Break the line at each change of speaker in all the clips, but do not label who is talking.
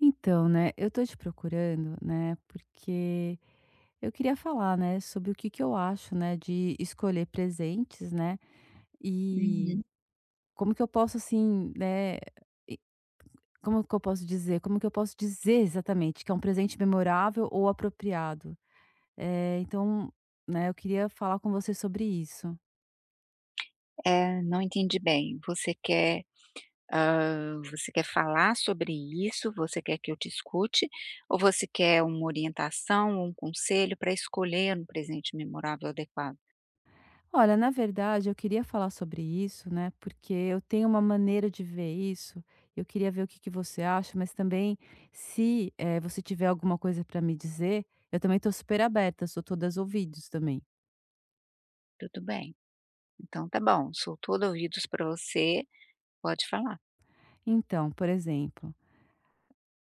Então, né, eu tô te procurando, né, porque eu queria falar, né, sobre o que que eu acho, né, de escolher presentes, né, e
Uhum.
como que eu posso, assim, né, e como que eu posso dizer, como que eu posso dizer exatamente que é um presente memorável ou apropriado. Então, né, eu queria falar com você sobre isso.
Não entendi bem. Você quer, você quer falar sobre isso? Você quer que eu te escute? Ou você quer uma orientação um conselho para escolher um presente memorável adequado?
Olha, na verdade, eu queria falar sobre isso, né? Porque eu tenho uma maneira de ver isso. Eu queria ver o que que você acha, mas também, se você tiver alguma coisa para me dizer, eu também estou super aberta, sou todas ouvidos também.
Tudo bem, então tá bom, sou todo ouvidos para você, pode falar.
Então, por exemplo,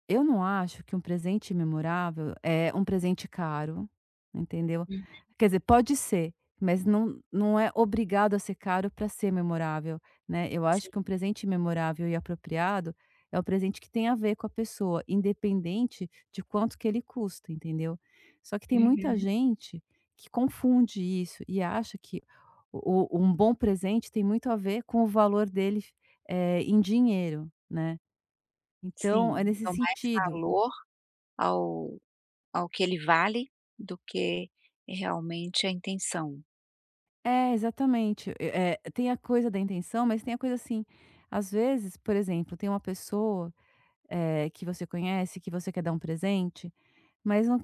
eu não acho que um presente memorável é um presente caro, entendeu.
Uhum,
Quer dizer, pode ser, mas não é obrigado a ser caro para ser memorável, né. Eu acho
sim.
que um presente memorável e apropriado é o presente que tem a ver com a pessoa, independente de quanto que ele custa, entendeu. Só que tem muita
Uhum.
gente que confunde isso e acha que o um bom presente tem muito a ver com o valor dele, em dinheiro, né. Então
Sim,
é nesse
dou mais
sentido
valor ao ao que ele vale do que realmente a intenção.
é, exatamente. Tem a coisa da intenção, mas tem a coisa assim, às vezes, por exemplo, tem uma pessoa, que você conhece, que você quer dar um presente, mas não,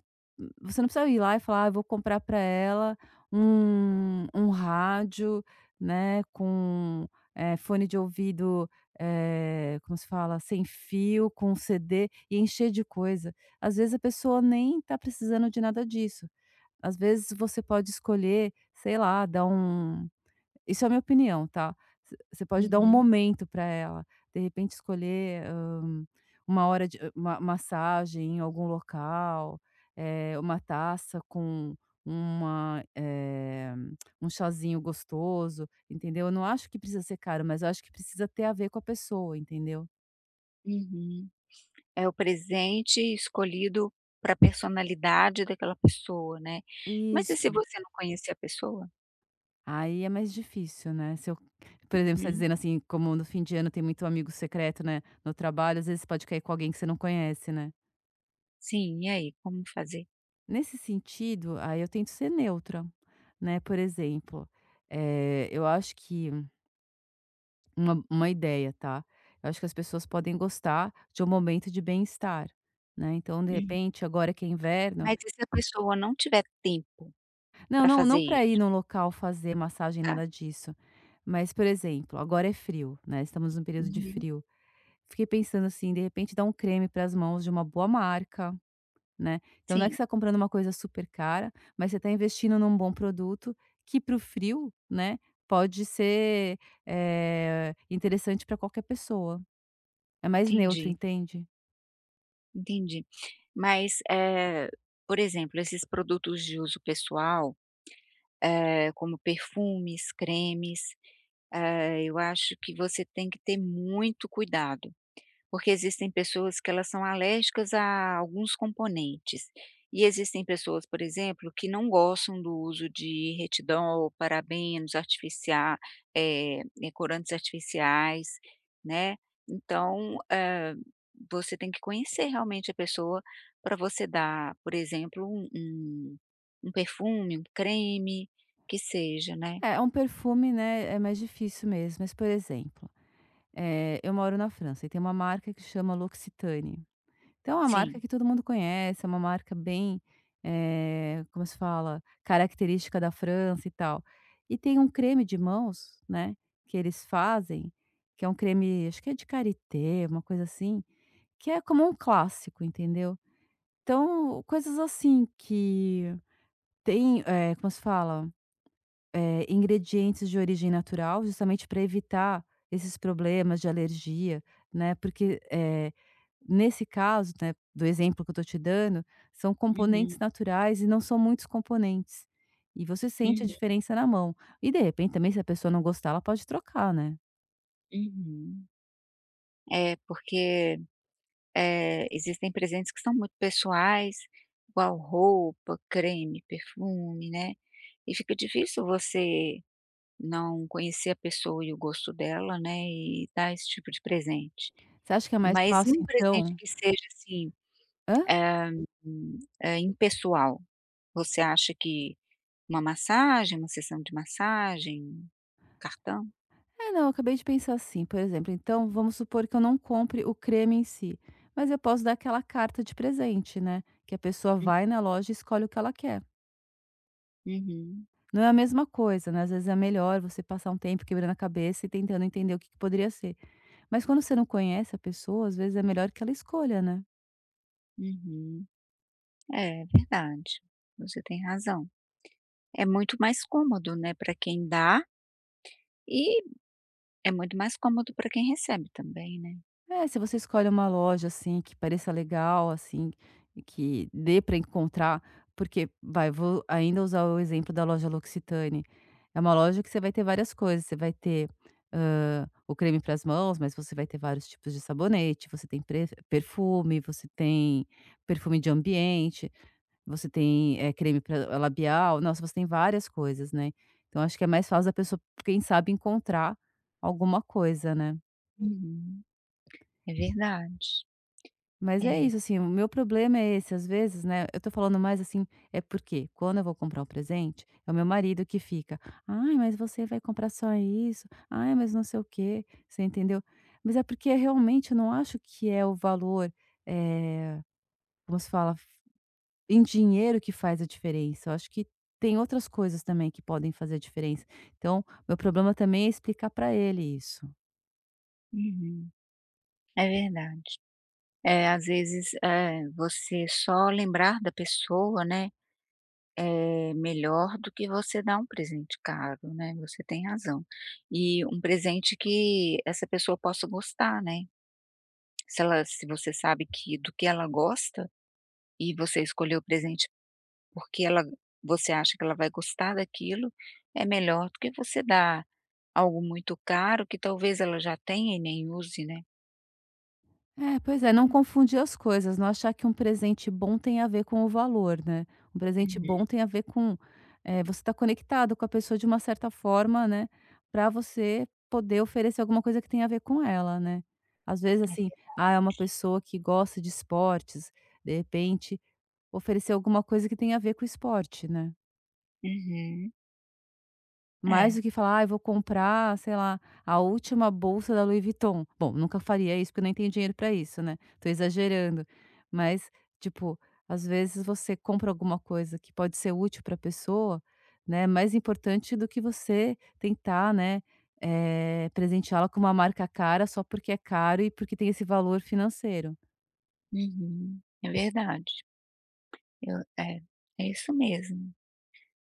você não precisa ir lá e falar: "Ah, eu vou comprar para ela um rádio, né, com, fone de ouvido, como se fala? Sem fio, com CD", e encher de coisa. Às vezes a pessoa nem tá precisando de nada disso. Às vezes você pode escolher, sei lá, dar um, isso é a minha opinião, tá. Você pode dar um
Uhum,
momento para ela, de repente escolher, uma hora de uma massagem em algum local, uma taça com uma, um chazinho gostoso, entendeu. Eu não acho que precisa ser caro, mas eu acho que precisa ter a ver com a pessoa, entendeu.
uhum. É o presente escolhido para a personalidade daquela pessoa, né. Mas e se
Isso.
você não conhecer a pessoa?
Aí é mais difícil, né, se eu, por exemplo, você tá
Uhum.
dizendo assim, como no fim de ano tem muito amigo secreto, né, no trabalho, às vezes pode cair com alguém que você não conhece, né.
Sim, e aí, como fazer?
Nesse sentido, aí eu tento ser neutra, né, por exemplo, eu acho que uma ideia, tá, eu acho que as pessoas podem gostar de um momento de bem-estar, né, então de
Uhum.
repente agora que é inverno,
Mas e se a pessoa não tiver tempo
não,
para
não,
fazer
não, para ir
isso,
num local fazer massagem,
tá?
nada disso, mas por exemplo, agora é frio, né, estamos num período de
Uhum.
frio, fiquei pensando assim, de repente dar um creme para as mãos de uma boa marca. Né. Então não é que
Sim,
você tá comprando uma coisa super cara, mas você está investindo num bom produto que para o frio, né, pode ser, interessante para qualquer pessoa. É mais neutro,
entendi,
entende?
entendi. Mas, por exemplo, esses produtos de uso pessoal, como perfumes, cremes, eu acho que você tem que ter muito cuidado. Porque existem pessoas que elas são alérgicas a alguns componentes. E existem pessoas, por exemplo, que não gostam do uso de retidol, parabenos artificiais, né, corantes artificiais, né. Então, você tem que conhecer realmente a pessoa para você dar, por exemplo, um perfume, um creme, que seja, né.
É, é um perfume, né, é mais difícil mesmo, mas, por exemplo, eu moro na França e tem uma marca que chama L'Occitane. Então é uma marca
Sim.
que todo mundo conhece, é uma marca bem, como se fala? Característica da França e tal. E tem um creme de mãos, né, que eles fazem, que é um creme, acho que é de karité, uma coisa assim, que é como um clássico, entendeu. Então, coisas assim que tem, como se fala? Ingredientes de origem natural, justamente para evitar esses problemas de alergia, né, porque, nesse caso, né, do exemplo que eu estou te dando, são
Uhum,
componentes naturais e não são muitos componentes. E você sente a
uhum,
diferença na mão. E, de repente, também, se a pessoa não gostar, ela pode trocar, né.
uhum. É, porque existem presentes que são muito pessoais, igual roupa, creme, perfume, né, e fica difícil você não conhecer a pessoa e o gosto dela, né, e dar esse tipo de presente.
Você acha que é mais
Mas e
fácil,
um presente
então,
que seja, assim,
hã?
impessoal? Você acha que uma massagem, uma sessão de massagem, cartão?
É, não, eu acabei de pensar assim, por exemplo, então vamos supor que eu não compre o creme em si, mas eu posso dar aquela carta de presente, né, que a pessoa
Hum,
vai na loja e escolhe o que ela quer.
uhum,
Não é a mesma coisa, né, às vezes é melhor você passar um tempo quebrando a cabeça e tentando entender o que que poderia ser. Mas quando você não conhece a pessoa, às vezes é melhor que ela escolha, né.
uhum. É, verdade, você tem razão. É muito mais cômodo, né, para quem dá e é muito mais cômodo para quem recebe também, né.
É, se você escolhe uma loja, assim, que pareça legal, assim, e que dê para encontrar, porque vai, vou ainda usar o exemplo da loja L'Occitane, é uma loja que você vai ter várias coisas, você vai ter, o creme para as mãos, mas você vai ter vários tipos de sabonete, você tem pre perfume, você tem perfume de ambiente. Você tem, creme para labial, nossa, você tem várias coisas, né. Então acho que é mais fácil a pessoa, quem sabe, encontrar alguma coisa, né.
Uhum. É verdade.
Mas é
É.
isso, assim, o meu problema é esse, às vezes, né, eu tô falando mais, assim, é porque quando eu vou comprar um presente, é o meu marido que fica: "Ai, mas você vai comprar só isso? Ai, mas não sei o quê", você entendeu. Mas é porque realmente eu não acho que é o valor, eh, como se fala? Em dinheiro que faz a diferença, eu acho que tem outras coisas também que podem fazer a diferença. Então, meu problema também é explicar para ele isso.
Uhum. É verdade. É, às vezes, você só lembrar da pessoa, né, é melhor do que você dar um presente caro, né, você tem razão. E um presente que essa pessoa possa gostar, né. Se você sabe que do que ela gosta, e você escolheu o presente porque ela você acha que ela vai gostar daquilo, é melhor do que você dar algo muito caro que talvez ela já tenha e nem use, né.
É, pois é, não confundir as coisas, não achar que um presente bom tem a ver com o valor, né. Um presente
Uhum.
bom tem a ver com, você estar conectado com a pessoa de uma certa forma, né, para você poder oferecer alguma coisa que tenha a ver com ela, né. Às vezes,
É
assim,
ver
ah, é uma pessoa que gosta de esportes, de repente, oferecer alguma coisa que tenha a ver com esporte, né.
Uhum,
Mais
é,
do que falar: "Ai, vou comprar, sei lá, a última bolsa da Louis Vuitton". Bom, nunca faria isso, porque eu nem tenho dinheiro para isso, né, tô exagerando. Mas, tipo, às vezes você compra alguma coisa que pode ser útil para a pessoa, né, mais importante do que você tentar, né, presenteá-la com uma marca cara só porque é caro e porque tem esse valor financeiro.
uhum, é verdade. Eu é, é isso mesmo.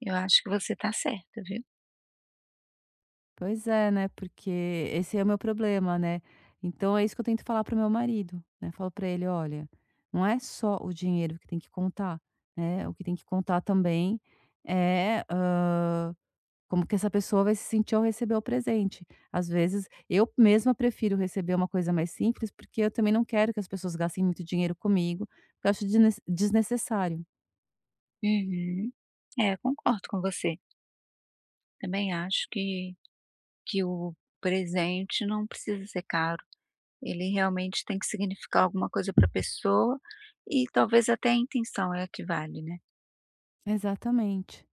Eu acho que você está certa, viu.
Pois é, né, porque esse é o meu problema, né. Então é isso que eu tento falar pro meu marido, né, falo para ele: "Olha, não é só o dinheiro que tem que contar, né, o que tem que contar também é, como que essa pessoa vai se sentir ao receber o presente". Às vezes, eu mesma prefiro receber uma coisa mais simples, porque eu também não quero que as pessoas gastem muito dinheiro comigo, porque eu acho desnes desnecessário.
Uhum. É, concordo com você. Também acho que o presente não precisa ser caro, ele realmente tem que significar alguma coisa para a pessoa e talvez até a intenção é a que vale, né.
Exatamente.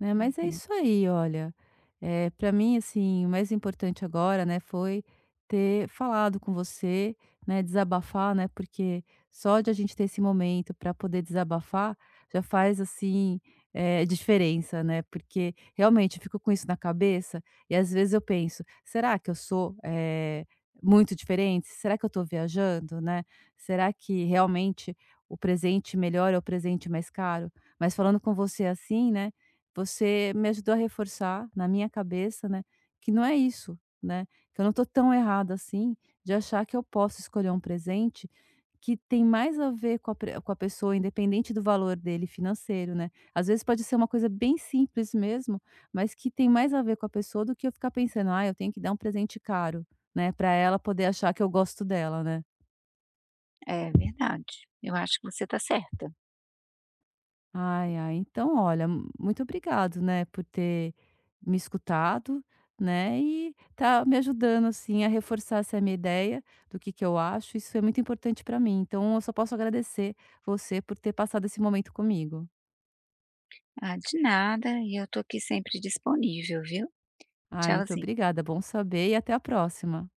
Né, mas é
Uhum.
isso aí, olha, pra mim, assim, o mais importante agora, né, foi ter falado com você, né, desabafar, né, porque só de a gente ter esse momento para poder desabafar, já faz, assim, diferença, né, porque realmente eu fico com isso na cabeça e às vezes eu penso: "Será que eu sou, muito diferente? Será que eu tô viajando, né? Será que realmente o presente melhor é o presente mais caro?" Mas falando com você assim, né, você me ajudou a reforçar na minha cabeça, né, que não é isso, né, que eu não tô tão errada assim de achar que eu posso escolher um presente que tem mais a ver com a pre com a pessoa, independente do valor dele financeiro, né. Às vezes pode ser uma coisa bem simples mesmo, mas que tem mais a ver com a pessoa do que eu ficar pensando: "Ah, eu tenho que dar um presente caro", né, para ela poder achar que eu gosto dela, né.
É verdade, eu acho que você está certa.
Ai, ai, então olha, muito obrigado, né, por ter me escutado, né, e tá me ajudando, assim, a reforçar essa minha ideia do que eu acho, isso é muito importante para mim, então eu só posso agradecer você por ter passado esse momento comigo.
Ah, de nada, e eu tô aqui sempre disponível, viu?
Ai, muito
Tchauzinho.
obrigada, bom saber e até a próxima.